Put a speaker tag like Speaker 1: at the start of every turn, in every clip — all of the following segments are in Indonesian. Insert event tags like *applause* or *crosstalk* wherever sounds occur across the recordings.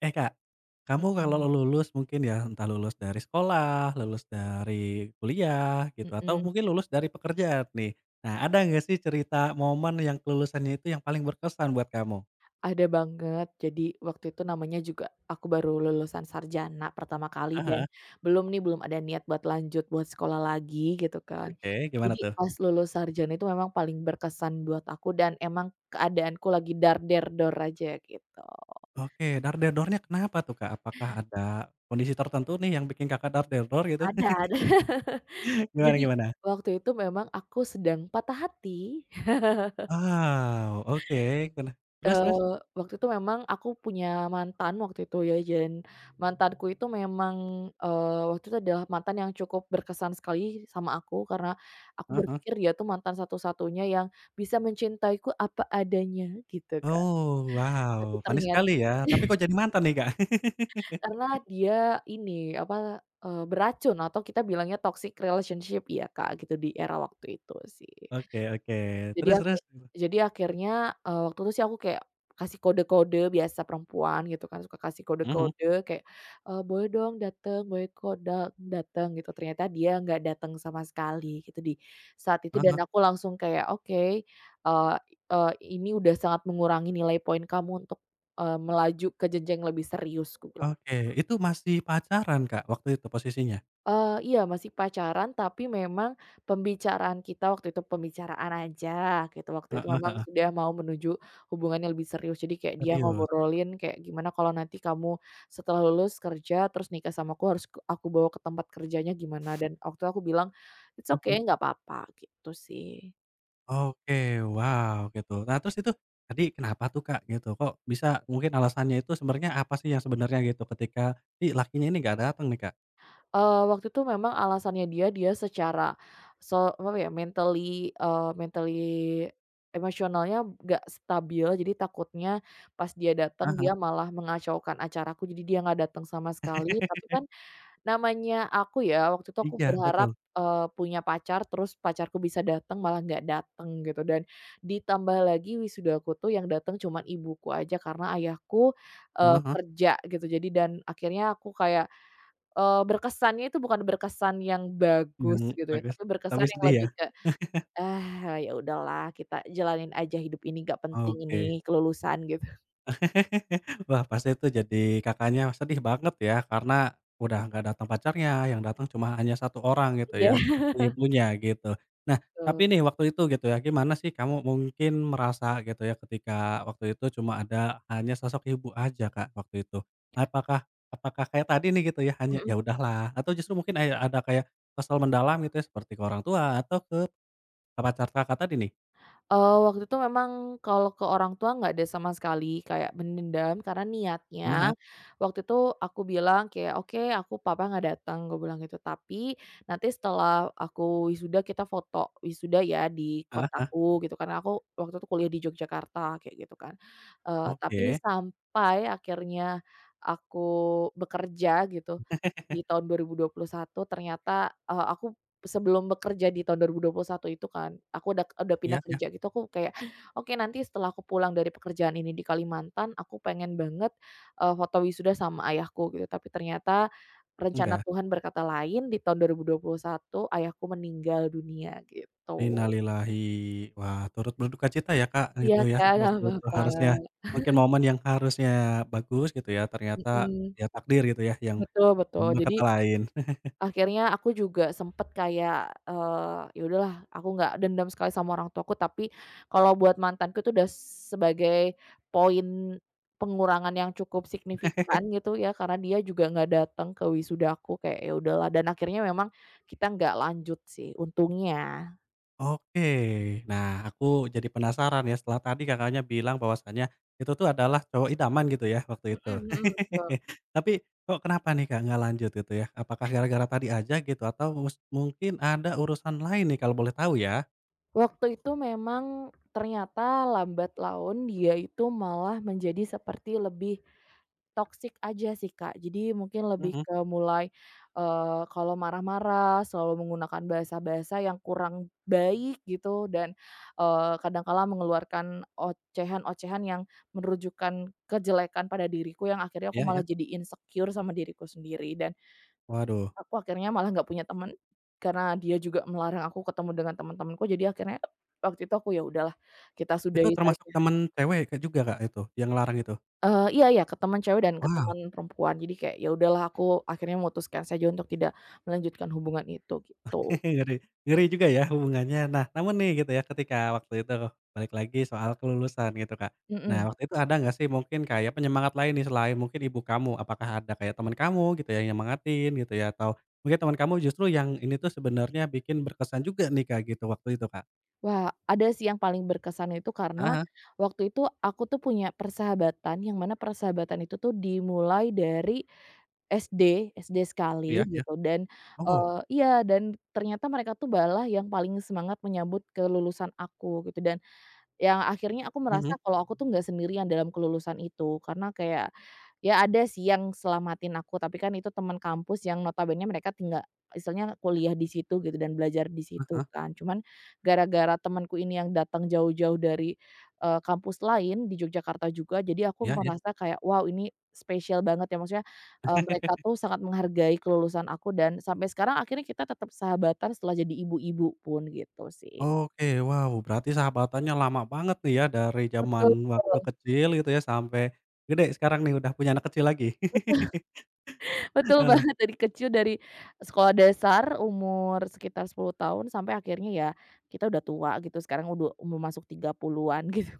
Speaker 1: Eh, Kak, kamu kalau
Speaker 2: Mhm
Speaker 1: lulus mungkin ya, entah lulus dari sekolah, lulus dari kuliah gitu, atau
Speaker 2: mhm.
Speaker 1: mungkin lulus dari pekerjaan nih. Nah, ada nggak sih cerita momen yang kelulusannya itu yang paling berkesan buat kamu?
Speaker 2: Ada banget. Waktu itu namanya juga aku baru lulusan sarjana pertama kali dan
Speaker 1: Ah
Speaker 2: belum nih, belum ada niat buat lanjut buat sekolah lagi gitu kan.
Speaker 1: oke, gimana
Speaker 2: Jadi
Speaker 1: tuh?
Speaker 2: pas lulus sarjana itu memang paling berkesan buat aku dan emang keadaanku lagi dar der dor aja gitu.
Speaker 1: Oke, dar-der-dornya kenapa tuh, Kak? Apakah ada kondisi tertentu nih yang bikin Kakak dar-der-dor gitu?
Speaker 2: Ada
Speaker 1: *laughs*
Speaker 2: ada. *laughs*
Speaker 1: Gimana
Speaker 2: Jadi
Speaker 1: gimana?
Speaker 2: waktu itu memang aku sedang patah hati.
Speaker 1: Wow, oke, kena terus terus?
Speaker 2: Waktu itu memang aku punya mantan waktu itu ya, dan mantanku itu memang, waktu itu adalah mantan yang cukup berkesan sekali sama aku, karena aku
Speaker 1: Heeh.
Speaker 2: berpikir dia tuh mantan satu-satunya yang bisa mencintaiku apa adanya gitu, Kak.
Speaker 1: Oh,
Speaker 2: Tapi
Speaker 1: wow, manis
Speaker 2: ternyat
Speaker 1: sekali ya, tapi kok
Speaker 2: *laughs*
Speaker 1: jadi mantan nih, Kak? *laughs*
Speaker 2: Karena dia ini, apa, beracun atau kita bilangnya toxic relationship ya, Kak, gitu di era waktu itu sih.
Speaker 1: Oke oke,
Speaker 2: Jadi
Speaker 1: terus
Speaker 2: aku
Speaker 1: terus?
Speaker 2: jadi akhirnya, waktu itu sih aku kayak kasih kode-kode biasa perempuan gitu kan, suka kasih
Speaker 1: Mhm.
Speaker 2: kode-kode kayak, "Boleh dong dateng, boleh kok dateng," gitu. Ternyata dia nggak dateng sama sekali gitu di saat itu
Speaker 1: Ah
Speaker 2: dan
Speaker 1: hah,
Speaker 2: aku langsung kayak, "Oke, eee eee, ini udah sangat mengurangi nilai poin kamu untuk, melaju ke jenjang lebih serius," ku bilang.
Speaker 1: oke. Itu masih pacaran, Kak, waktu itu posisinya?
Speaker 2: Iya masih pacaran, tapi memang pembicaraan kita waktu itu pembicaraan aja gitu, waktu itu memang
Speaker 1: Heeh,
Speaker 2: sudah mau menuju hubungan yang lebih serius. Jadi kayak dia
Speaker 1: serius?
Speaker 2: ngobrolin kayak, "Gimana kalau nanti kamu setelah lulus kerja terus nikah sama aku, harus aku bawa ke tempat kerjanya gimana?" Dan waktu itu aku bilang, "It's
Speaker 1: Mhm.
Speaker 2: okay, nggak apa-apa," gitu sih.
Speaker 1: Oke, wow, gitu. Nah, terus itu tadi kenapa tuh, Kak, gitu? Kok bisa mungkin alasannya itu sebenarnya apa sih yang sebenarnya gitu ketika si lakinya ini nggak datang nih, Kak?
Speaker 2: Waktu itu memang alasannya dia secara so apa ya, mentally emosionalnya nggak stabil, jadi takutnya pas dia
Speaker 1: Ah
Speaker 2: datang
Speaker 1: hah.
Speaker 2: dia malah mengacaukan acaraku, jadi dia nggak datang sama sekali. Tapi
Speaker 1: *laughs*
Speaker 2: kan namanya aku ya, waktu itu aku
Speaker 1: Iya,
Speaker 2: berharap,
Speaker 1: betul.
Speaker 2: punya pacar, terus pacarku bisa datang, malah nggak datang gitu. Dan ditambah lagi wisudaku tuh yang datang cuman ibuku aja, karena ayahku,
Speaker 1: Heeh heeh.
Speaker 2: kerja gitu. Dan akhirnya aku kayak, berkesannya itu bukan berkesan yang
Speaker 1: Yang
Speaker 2: bagus gitu ya,
Speaker 1: bagus,
Speaker 2: tapi
Speaker 1: tapi
Speaker 2: berkesan yang
Speaker 1: sedih ya?
Speaker 2: lebih ke, "Ah, ya udahlah kita jalanin aja hidup ini, nggak penting
Speaker 1: Oke.
Speaker 2: ini kelulusan," gitu.
Speaker 1: *laughs* Wah, pasti itu jadi Kakaknya sedih banget ya, karena udah nggak datang pacarnya, yang datang cuma hanya satu orang gitu
Speaker 2: Iya,
Speaker 1: ya, seperti ibunya gitu. Nah, tapi
Speaker 2: betul,
Speaker 1: nih waktu itu gitu ya, gimana sih kamu mungkin merasa gitu ya ketika waktu itu cuma ada hanya sosok ibu aja, Kak, waktu itu? Apakah apakah kayak tadi nih gitu ya, hanya,
Speaker 2: mhm.
Speaker 1: "Ya udahlah," atau justru mungkin kayak ada kayak kesel mendalam gitu ya, seperti ke orang tua atau ke pacar Kakak tadi nih?
Speaker 2: Waktu itu memang kalau ke orang tua nggak ada sama sekali kayak mendendam karena niatnya
Speaker 1: Heeh heeh,
Speaker 2: waktu itu aku bilang kayak, "Oke, aku papa nggak datang," gue bilang gitu, "tapi nanti setelah aku wisuda kita foto wisuda ya di
Speaker 1: heeh.
Speaker 2: kotaku," gitu kan, aku waktu itu kuliah di Yogyakarta kayak gitu kan. Tapi
Speaker 1: Oke,
Speaker 2: sampai akhirnya aku bekerja gitu di tahun 2021 ternyata. Eee, aku Sebelum bekerja di tahun 2021 itu kan, aku udah pindah
Speaker 1: iya ya
Speaker 2: kerja gitu, aku kayak, "Oke, nanti setelah aku pulang dari pekerjaan ini di Kalimantan, aku pengen banget, foto wisuda sama ayahku," gitu. Tapi ternyata rencana
Speaker 1: enggak?
Speaker 2: Tuhan berkata lain, di tahun 2021 ayahku meninggal dunia, gitu.
Speaker 1: Innalillahi. Wah, turut berduka cita ya, Kak,
Speaker 2: Iya
Speaker 1: gitu ya,
Speaker 2: kan, nggak
Speaker 1: waktu itu
Speaker 2: apa-apa,
Speaker 1: harusnya mungkin momen yang harusnya bagus gitu ya, ternyata
Speaker 2: mhm,
Speaker 1: ya takdir gitu ya, yang
Speaker 2: betul betul. Jadi
Speaker 1: berkata lain.
Speaker 2: Akhirnya aku juga sempet kayak, ya udahlah aku nggak dendam sekali sama orang tuaku, tapi kalau buat mantanku itu udah sebagai poin pengurangan yang cukup signifikan gitu ya, karena dia juga nggak datang ke wisudaku, kayak ya udahlah dan akhirnya memang kita nggak lanjut sih untungnya.
Speaker 1: Oke, nah aku jadi penasaran ya, setelah tadi Kakaknya bilang bahwasanya itu tuh adalah cowok idaman gitu ya, waktu itu.
Speaker 2: Mhm mhm. Betul.
Speaker 1: *laughs* Tapi kok kenapa nih, Kak, nggak lanjut gitu ya? Apakah gara-gara tadi aja gitu atau mungkin ada urusan lain nih kalau boleh tahu ya?
Speaker 2: Waktu itu memang ternyata lambat laun dia itu malah menjadi seperti lebih toxic aja sih, Kak. Jadi mungkin lebih
Speaker 1: Mhm,
Speaker 2: ke mulai, kalau marah-marah selalu menggunakan bahasa-bahasa yang kurang baik gitu dan, kadang mengeluarkan ocehan-ocehan yang menunjukkan kejelekan pada diriku yang akhirnya aku
Speaker 1: iya iya.
Speaker 2: malah jadi insecure sama diriku sendiri dan
Speaker 1: Waduh.
Speaker 2: aku akhirnya malah nggak punya teman, karena dia juga melarang aku ketemu dengan teman-temanku jadi akhirnya waktu itu aku, "Ya udahlah kita
Speaker 1: Itu
Speaker 2: sudahi
Speaker 1: termasuk
Speaker 2: saja."
Speaker 1: temen cewek Kak, juga Kak, itu, yang ngelarang itu?
Speaker 2: Iya iya, ke teman cewek dan ke
Speaker 1: Wow,
Speaker 2: teman perempuan. Jadi kayak, ya udahlah aku akhirnya memutuskan saja untuk tidak melanjutkan hubungan itu, gitu.
Speaker 1: *laughs* ngeri ngeri juga ya hubungannya. Nah, namun nih gitu ya, ketika waktu itu balik lagi soal kelulusan gitu Kak. Nah,
Speaker 2: Mhm.
Speaker 1: waktu itu ada nggak sih mungkin kayak penyemangat lain nih selain mungkin ibu kamu? Apakah ada kayak teman kamu gitu ya yang nyemangatin gitu ya, atau mungkin teman kamu justru yang ini tuh sebenarnya bikin berkesan juga nih Kak, gitu waktu itu Kak?
Speaker 2: Wah, ada sih yang paling berkesan itu karena
Speaker 1: Ah heeh,
Speaker 2: waktu itu aku tuh punya persahabatan yang mana persahabatan itu tuh dimulai dari SD, SD sekali
Speaker 1: iya iya.
Speaker 2: gitu dan,
Speaker 1: Oh,
Speaker 2: iya, dan ternyata mereka tuh balah yang paling semangat menyambut kelulusan aku gitu dan yang akhirnya aku merasa
Speaker 1: mhm,
Speaker 2: kalau aku tuh nggak sendirian dalam kelulusan itu, karena kayak, ya ada sih yang selamatin aku, tapi kan itu teman kampus yang notabene mereka tinggal istilahnya kuliah di situ gitu dan belajar di situ
Speaker 1: heeh,
Speaker 2: kan. Cuman gara-gara temanku ini yang datang jauh-jauh dari, kampus lain di Yogyakarta juga, jadi aku
Speaker 1: iya iya.
Speaker 2: merasa kayak, wow ini spesial banget ya, maksudnya, mereka tuh sangat menghargai kelulusan aku dan sampai sekarang akhirnya kita tetap sahabatan setelah jadi ibu-ibu pun gitu sih.
Speaker 1: Oke, wow, berarti sahabatannya lama banget nih ya dari zaman
Speaker 2: Betul.
Speaker 1: waktu kecil gitu ya sampai gede sekarang nih udah punya anak kecil lagi. *laughs*
Speaker 2: Betul *laughs*
Speaker 1: Heeh,
Speaker 2: banget dari kecil dari sekolah dasar umur sekitar 10 tahun sampai akhirnya ya kita udah tua gitu sekarang udah umur masuk 30-an *laughs* gitu.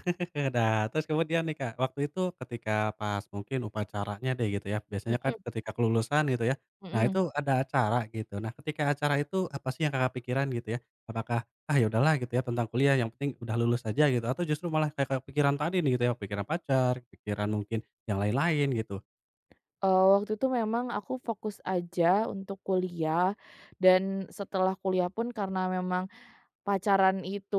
Speaker 1: *laughs* nah terus kemudian nih Kak, waktu itu ketika pas mungkin upacaranya deh gitu ya, biasanya kan
Speaker 2: Mhm
Speaker 1: ketika kelulusan gitu ya, nah
Speaker 2: mhm.
Speaker 1: itu ada acara gitu. Nah ketika acara itu apa sih yang Kakak pikiran gitu ya? Apakah, ah ya udahlah gitu ya tentang kuliah yang penting udah lulus aja gitu atau justru malah kayak pikiran tadi nih gitu ya, pikiran pacar, pikiran mungkin yang lain-lain gitu?
Speaker 2: Waktu itu memang aku fokus aja untuk kuliah dan setelah kuliah pun karena memang pacaran itu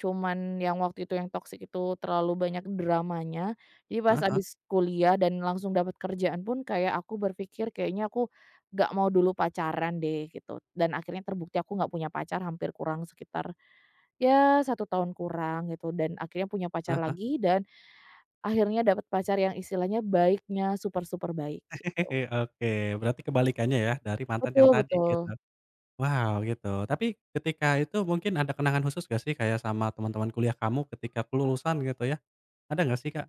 Speaker 2: cuman yang waktu itu yang toksik itu terlalu banyak dramanya. Jadi pas
Speaker 1: Heeh.
Speaker 2: abis kuliah dan langsung dapat kerjaan pun kayak aku berpikir kayaknya aku nggak mau dulu pacaran deh gitu, dan akhirnya terbukti aku nggak punya pacar hampir kurang sekitar ya satu tahun kurang gitu dan akhirnya punya pacar lagi dan akhirnya dapat pacar yang istilahnya baiknya super-super baik
Speaker 1: Oke,
Speaker 2: gitu.
Speaker 1: oke. Berarti kebalikannya ya dari mantan yang
Speaker 2: Betul
Speaker 1: tadi gitu.
Speaker 2: betul.
Speaker 1: Wow, gitu. Tapi ketika itu mungkin ada kenangan khusus gak sih kayak sama teman-teman kuliah kamu ketika kelulusan gitu ya? Ada gak sih, Kak?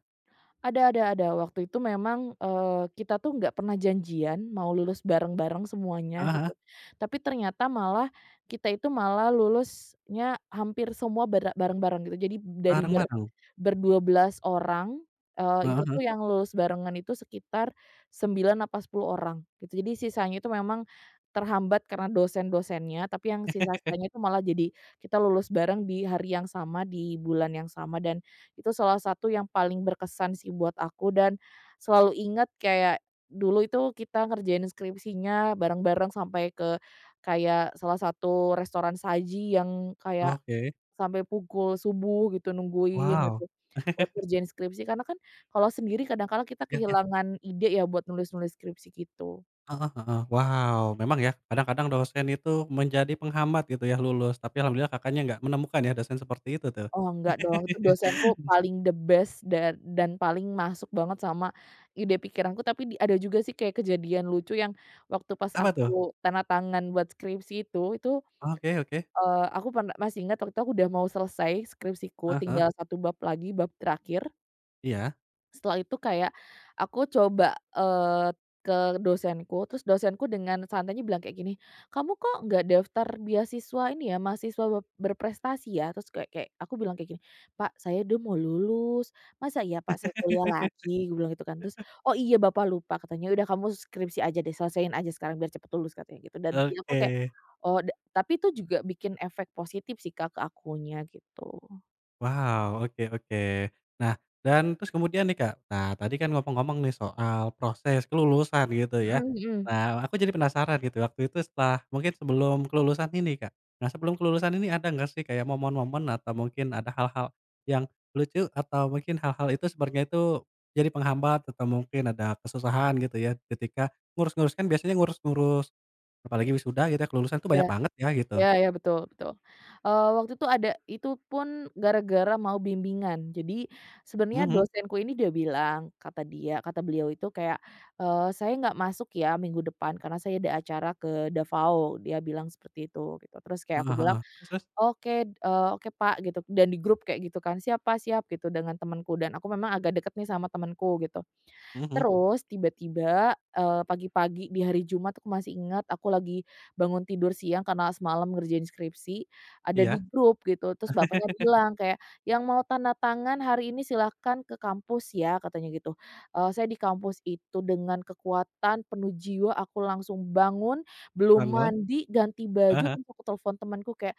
Speaker 2: Ada ada. Waktu itu memang, kita tuh nggak pernah janjian mau lulus bareng-bareng semuanya
Speaker 1: Heeh heeh,
Speaker 2: gitu. Tapi ternyata malah kita itu malah lulusnya hampir semua bareng-bareng gitu. Jadi dari ber
Speaker 1: bareng-bareng?
Speaker 2: ber belas orang, itu
Speaker 1: Heeh heeh,
Speaker 2: tuh yang lulus barengan itu sekitar 9 apa 10 orang gitu. Jadi sisanya itu memang terhambat karena dosen-dosennya, tapi yang sisa-sisanya itu malah jadi kita lulus bareng di hari yang sama, di bulan yang sama dan itu salah satu yang paling berkesan sih buat aku dan selalu ingat kayak dulu itu kita ngerjain skripsinya bareng-bareng sampai ke kayak salah satu restoran saji yang kayak
Speaker 1: oke.
Speaker 2: sampai pukul subuh gitu nungguin gitu,
Speaker 1: Wow,
Speaker 2: buat ngerjain skripsi. Karena kan kalau sendiri kadang kala kita
Speaker 1: iya iya,
Speaker 2: kehilangan ide ya buat nulis-nulis skripsi gitu.
Speaker 1: heeh heeh. Wow, memang ya kadang-kadang dosen itu menjadi penghambat gitu ya lulus, tapi alhamdulillah Kakaknya nggak menemukan ya dosen seperti itu tuh.
Speaker 2: Oh enggak dong, itu dosenku
Speaker 1: *laughs*
Speaker 2: paling the best dan paling masuk banget sama ide pikiranku, tapi ada juga sih kayak kejadian lucu yang waktu pas
Speaker 1: Apa tuh?
Speaker 2: aku tanda tangan buat skripsi itu,
Speaker 1: Oke oke.
Speaker 2: aku pernah masih ingat waktu itu aku udah mau selesai skripsiku,
Speaker 1: Heeh heeh,
Speaker 2: tinggal satu bab lagi, bab terakhir.
Speaker 1: iya.
Speaker 2: Setelah itu kayak aku coba, eee, ke dosenku, terus dosenku dengan santainya bilang kayak gini, "Kamu kok nggak daftar beasiswa ini ya, mahasiswa berprestasi ya?" Terus kayak kayak aku bilang kayak gini, "Pak, saya udah mau lulus, masa ya Pak saya kuliah
Speaker 1: *laughs*
Speaker 2: lagi?" Gue bilang gitu kan, terus, "Oh iya Bapak lupa," katanya, "udah kamu skripsi aja deh, selesaiin aja sekarang biar cepet lulus," katanya gitu, dan aku kayak,
Speaker 1: Oke.
Speaker 2: oh tapi itu juga bikin efek positif sih Kak, ke akunya gitu.
Speaker 1: Wow, oke oke. Nah, dan terus kemudian nih, Kak, nah tadi kan ngomong-ngomong nih soal proses kelulusan gitu ya.
Speaker 2: Mhm mhm,
Speaker 1: Nah, aku jadi penasaran gitu waktu itu setelah mungkin sebelum kelulusan ini, Kak. Nah, sebelum kelulusan ini ada nggak sih kayak momen-momen atau mungkin ada hal-hal yang lucu atau mungkin hal-hal itu sebenarnya itu jadi penghambat atau mungkin ada kesusahan gitu ya ketika ngurus-ngurus kan biasanya ngurus-ngurus apalagi wisuda gitu ya kelulusan tuh
Speaker 2: iya.
Speaker 1: banyak banget ya gitu.
Speaker 2: Iya iya, betul betul. Waktu itu ada itu pun gara-gara mau bimbingan. Jadi sebenarnya
Speaker 1: Mhm,
Speaker 2: dosenku ini dia bilang, kata dia kata beliau itu kayak, "Saya nggak masuk ya minggu depan karena saya ada acara ke Davao." Dia bilang seperti itu, gitu. Terus kayak aku
Speaker 1: heeh
Speaker 2: bilang,
Speaker 1: heeh. Terus terus?
Speaker 2: "Oke, oke Pak," gitu, dan di grup kayak gitu kan, "Siap Pak, siap," gitu, dengan temanku dan aku memang agak deket nih sama temanku gitu.
Speaker 1: Mhm,
Speaker 2: Terus tiba-tiba, pagi-pagi di hari Jumat aku masih ingat, aku lagi bangun tidur siang karena semalam ngerjain skripsi, ada di
Speaker 1: iya,
Speaker 2: grup gitu, terus bapaknya bilang kayak, "Yang mau tanda tangan hari ini silahkan ke kampus ya," katanya gitu. Saya di kampus itu dengan kekuatan penuh jiwa aku langsung bangun, belum
Speaker 1: monggo.
Speaker 2: mandi, ganti
Speaker 1: Ah
Speaker 2: baju,
Speaker 1: hah.
Speaker 2: terus aku telepon temanku kayak,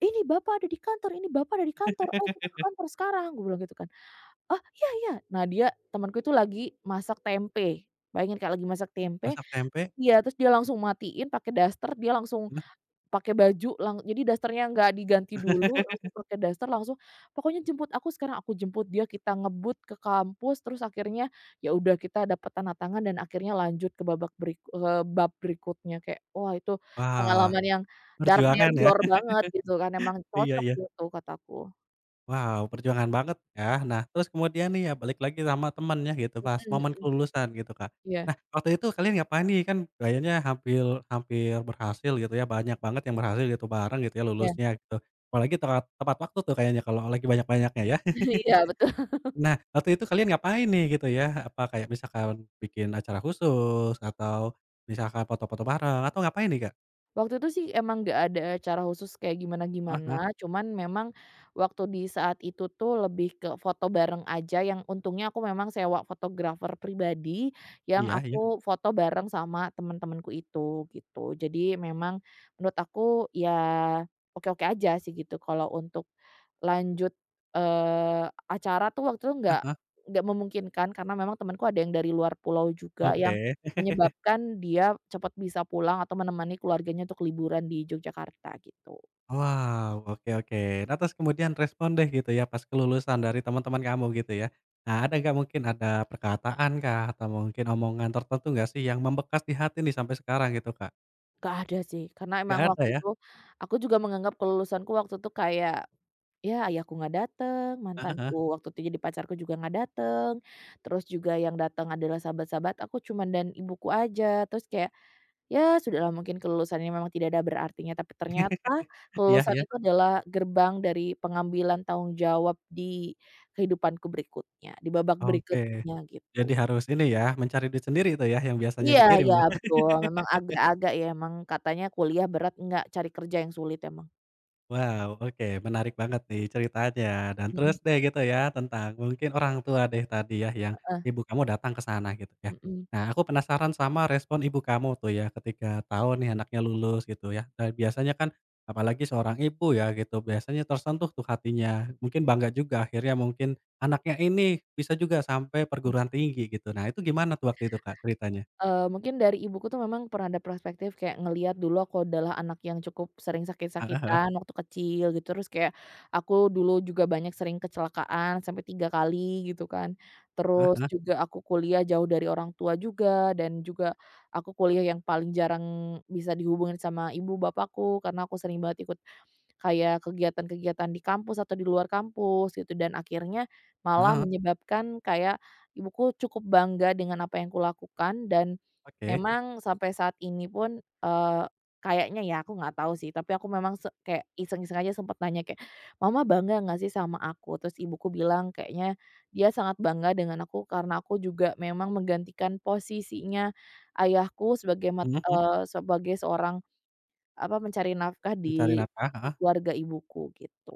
Speaker 2: "Ini bapak ada di kantor ini bapak ada di kantor, ayo kita ke
Speaker 1: *laughs*
Speaker 2: kantor sekarang," gue bilang gitu kan. Oh, iya iya. Nah, dia temanku itu lagi masak tempe. Bayangin Kak, lagi masak tempe,
Speaker 1: Masak tempe,
Speaker 2: iya, terus dia langsung matiin pakai daster, dia langsung
Speaker 1: heeh,
Speaker 2: pakai baju jadi dasternya nggak diganti dulu, langsung pakai daster, langsung, "Pokoknya jemput aku sekarang." Aku jemput dia, kita ngebut ke kampus, terus akhirnya ya udah kita dapat tanda tangan dan akhirnya lanjut ke bab berikutnya. Kayak, wah itu
Speaker 1: wah,
Speaker 2: pengalaman yang dar der
Speaker 1: perjuangan ya.
Speaker 2: dor
Speaker 1: *laughs*
Speaker 2: banget gitu kan, emang
Speaker 1: Iya
Speaker 2: cocok
Speaker 1: iya.
Speaker 2: gitu kataku.
Speaker 1: Wow, perjuangan banget ya. Nah, terus kemudian nih ya balik lagi sama temennya gitu pas
Speaker 2: Mhm
Speaker 1: momen
Speaker 2: mhm.
Speaker 1: kelulusan gitu, Kak.
Speaker 2: Iya
Speaker 1: Nah, waktu itu kalian ngapain nih? Kan kayaknya hampir hampir berhasil gitu ya, banyak banget yang berhasil gitu bareng gitu ya
Speaker 2: iya.
Speaker 1: lulusnya gitu. Apalagi tepat tepat waktu tuh kayaknya kalau lagi banyak-banyaknya ya. *laughs*
Speaker 2: *laughs* Iya, betul.
Speaker 1: Nah, waktu itu kalian ngapain nih gitu ya? Apa kayak misalkan bikin acara khusus atau misalkan foto-foto bareng atau ngapain nih, Kak?
Speaker 2: Waktu itu sih emang nggak ada cara khusus kayak
Speaker 1: Ah hah,
Speaker 2: gimana-gimana, Mhm. Cuman memang waktu di saat itu tuh lebih ke foto bareng aja yang untungnya aku memang sewa fotografer pribadi, yang
Speaker 1: iya
Speaker 2: Mhm, aku
Speaker 1: iya.
Speaker 2: foto bareng sama temen-temenku itu, gitu. Jadi memang menurut aku ya oke-oke aja sih gitu kalau untuk lanjut, acara tuh waktu itu nggak memungkinkan karena memang temenku ada yang dari luar pulau juga
Speaker 1: Oke.
Speaker 2: yang menyebabkan dia cepat bisa pulang atau menemani keluarganya untuk liburan di Yogyakarta gitu.
Speaker 1: Wow, oke oke. Nah, terus kemudian respon deh gitu ya pas kelulusan dari teman-teman kamu gitu ya. Nah, ada nggak mungkin ada perkataan kah atau mungkin omongan tertentu nggak sih yang membekas di hati nih sampai sekarang gitu, Kak?
Speaker 2: Nggak ada sih, karena
Speaker 1: Nggak
Speaker 2: emang
Speaker 1: ada
Speaker 2: waktu
Speaker 1: ya?
Speaker 2: itu, aku juga menganggap kelulusanku waktu itu kayak, ya ayahku nggak dateng, mantanku
Speaker 1: *laughs*
Speaker 2: waktu itu jadi pacarku juga nggak dateng, terus juga yang datang adalah sahabat-sahabat aku cuman dan ibuku aja, terus kayak ya sudahlah mungkin kelulusannya memang tidak ada berartinya, tapi ternyata
Speaker 1: Iya
Speaker 2: kelulusan
Speaker 1: iya.
Speaker 2: itu adalah gerbang dari pengambilan tanggung jawab di kehidupanku berikutnya, di babak
Speaker 1: Oke.
Speaker 2: berikutnya
Speaker 1: Jadi
Speaker 2: gitu.
Speaker 1: harus ini ya, mencari duit sendiri itu ya yang biasanya
Speaker 2: Iya
Speaker 1: dikirim.
Speaker 2: iya betul, memang agak-agak ya emang katanya kuliah berat, enggak, cari kerja yang sulit emang.
Speaker 1: Wow, oke menarik banget nih ceritanya dan terus
Speaker 2: Mhm,
Speaker 1: deh gitu ya tentang mungkin orang tua deh tadi ya yang
Speaker 2: heeh,
Speaker 1: ibu kamu datang ke sana gitu ya.
Speaker 2: mhm.
Speaker 1: Nah aku penasaran sama respon ibu kamu tuh ya ketika tahu nih anaknya lulus gitu ya. Dan biasanya kan apalagi seorang ibu ya gitu biasanya tersentuh tuh hatinya. Mungkin bangga juga akhirnya mungkin anaknya ini bisa juga sampai perguruan tinggi gitu. Nah itu gimana tuh waktu itu kak ceritanya?
Speaker 2: Mungkin dari ibuku tuh memang pernah ada perspektif kayak ngelihat dulu aku adalah anak yang cukup sering
Speaker 1: Heeh, heeh,
Speaker 2: sakit-sakitan waktu kecil gitu, terus kayak aku dulu juga banyak sering kecelakaan sampai 3 kali gitu kan. Terus
Speaker 1: heeh,
Speaker 2: juga aku kuliah jauh dari orang tua juga dan juga aku kuliah yang paling jarang bisa dihubungin sama ibu bapakku karena aku sering banget ikut kayak kegiatan-kegiatan di kampus atau di luar kampus gitu dan akhirnya malah
Speaker 1: heeh,
Speaker 2: menyebabkan kayak ibuku cukup bangga dengan apa yang kulakukan dan
Speaker 1: oke,
Speaker 2: memang sampai saat ini pun, kayaknya ya aku nggak tahu sih tapi aku memang kayak iseng-iseng aja sempat nanya kayak, "Mama bangga nggak sih sama aku?" Terus ibuku bilang kayaknya dia sangat bangga dengan aku karena aku juga memang menggantikan posisinya ayahku sebagai
Speaker 1: mhm, mhm,
Speaker 2: sebagai seorang apa, mencari nafkah
Speaker 1: mencari
Speaker 2: di
Speaker 1: nafkah.
Speaker 2: keluarga ibuku, gitu.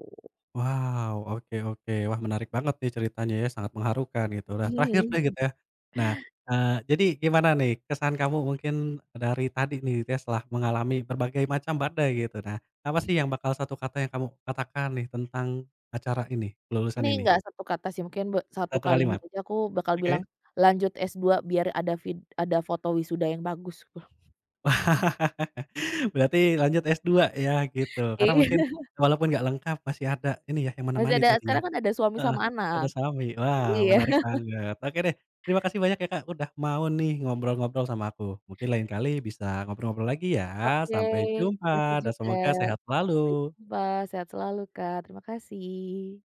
Speaker 1: Wow, oke oke. Wah, menarik banget nih ceritanya ya, sangat mengharukan gitu. Nah, terakhir deh gitu
Speaker 2: Mhm,
Speaker 1: ya. Nah, jadi gimana nih kesan kamu mungkin dari tadi nih gitu ya, setelah mengalami berbagai macam badai gitu. Nah, apa sih yang bakal satu kata yang kamu katakan nih tentang acara ini, kelulusan
Speaker 2: ini
Speaker 1: ini?
Speaker 2: nggak satu kata sih, mungkin satu
Speaker 1: Satu
Speaker 2: kalimat
Speaker 1: kalimat,
Speaker 2: aja aku bakal bilang,
Speaker 1: oke.
Speaker 2: "Lanjut S2 biar ada ada foto wisuda yang bagus." *laughs*
Speaker 1: *laughs* Berarti lanjut S2 ya gitu, karena mungkin
Speaker 2: Iya,
Speaker 1: walaupun nggak lengkap masih ada ini ya yang
Speaker 2: masih
Speaker 1: menemani
Speaker 2: ada
Speaker 1: tadi ya?
Speaker 2: sekarang kan ada suami
Speaker 1: Heeh,
Speaker 2: sama
Speaker 1: ada
Speaker 2: anak.
Speaker 1: Sami. Wah,
Speaker 2: Iya.
Speaker 1: menarik banget. Oke deh, terima kasih banyak ya, Kak, udah mau nih ngobrol-ngobrol sama aku. Mungkin lain kali bisa ngobrol-ngobrol lagi ya.
Speaker 2: Oke,
Speaker 1: Sampai jumpa
Speaker 2: makasih
Speaker 1: dan
Speaker 2: juga.
Speaker 1: semoga sehat
Speaker 2: Sampai
Speaker 1: selalu.
Speaker 2: jumpa, sehat selalu, Kak, terima kasih.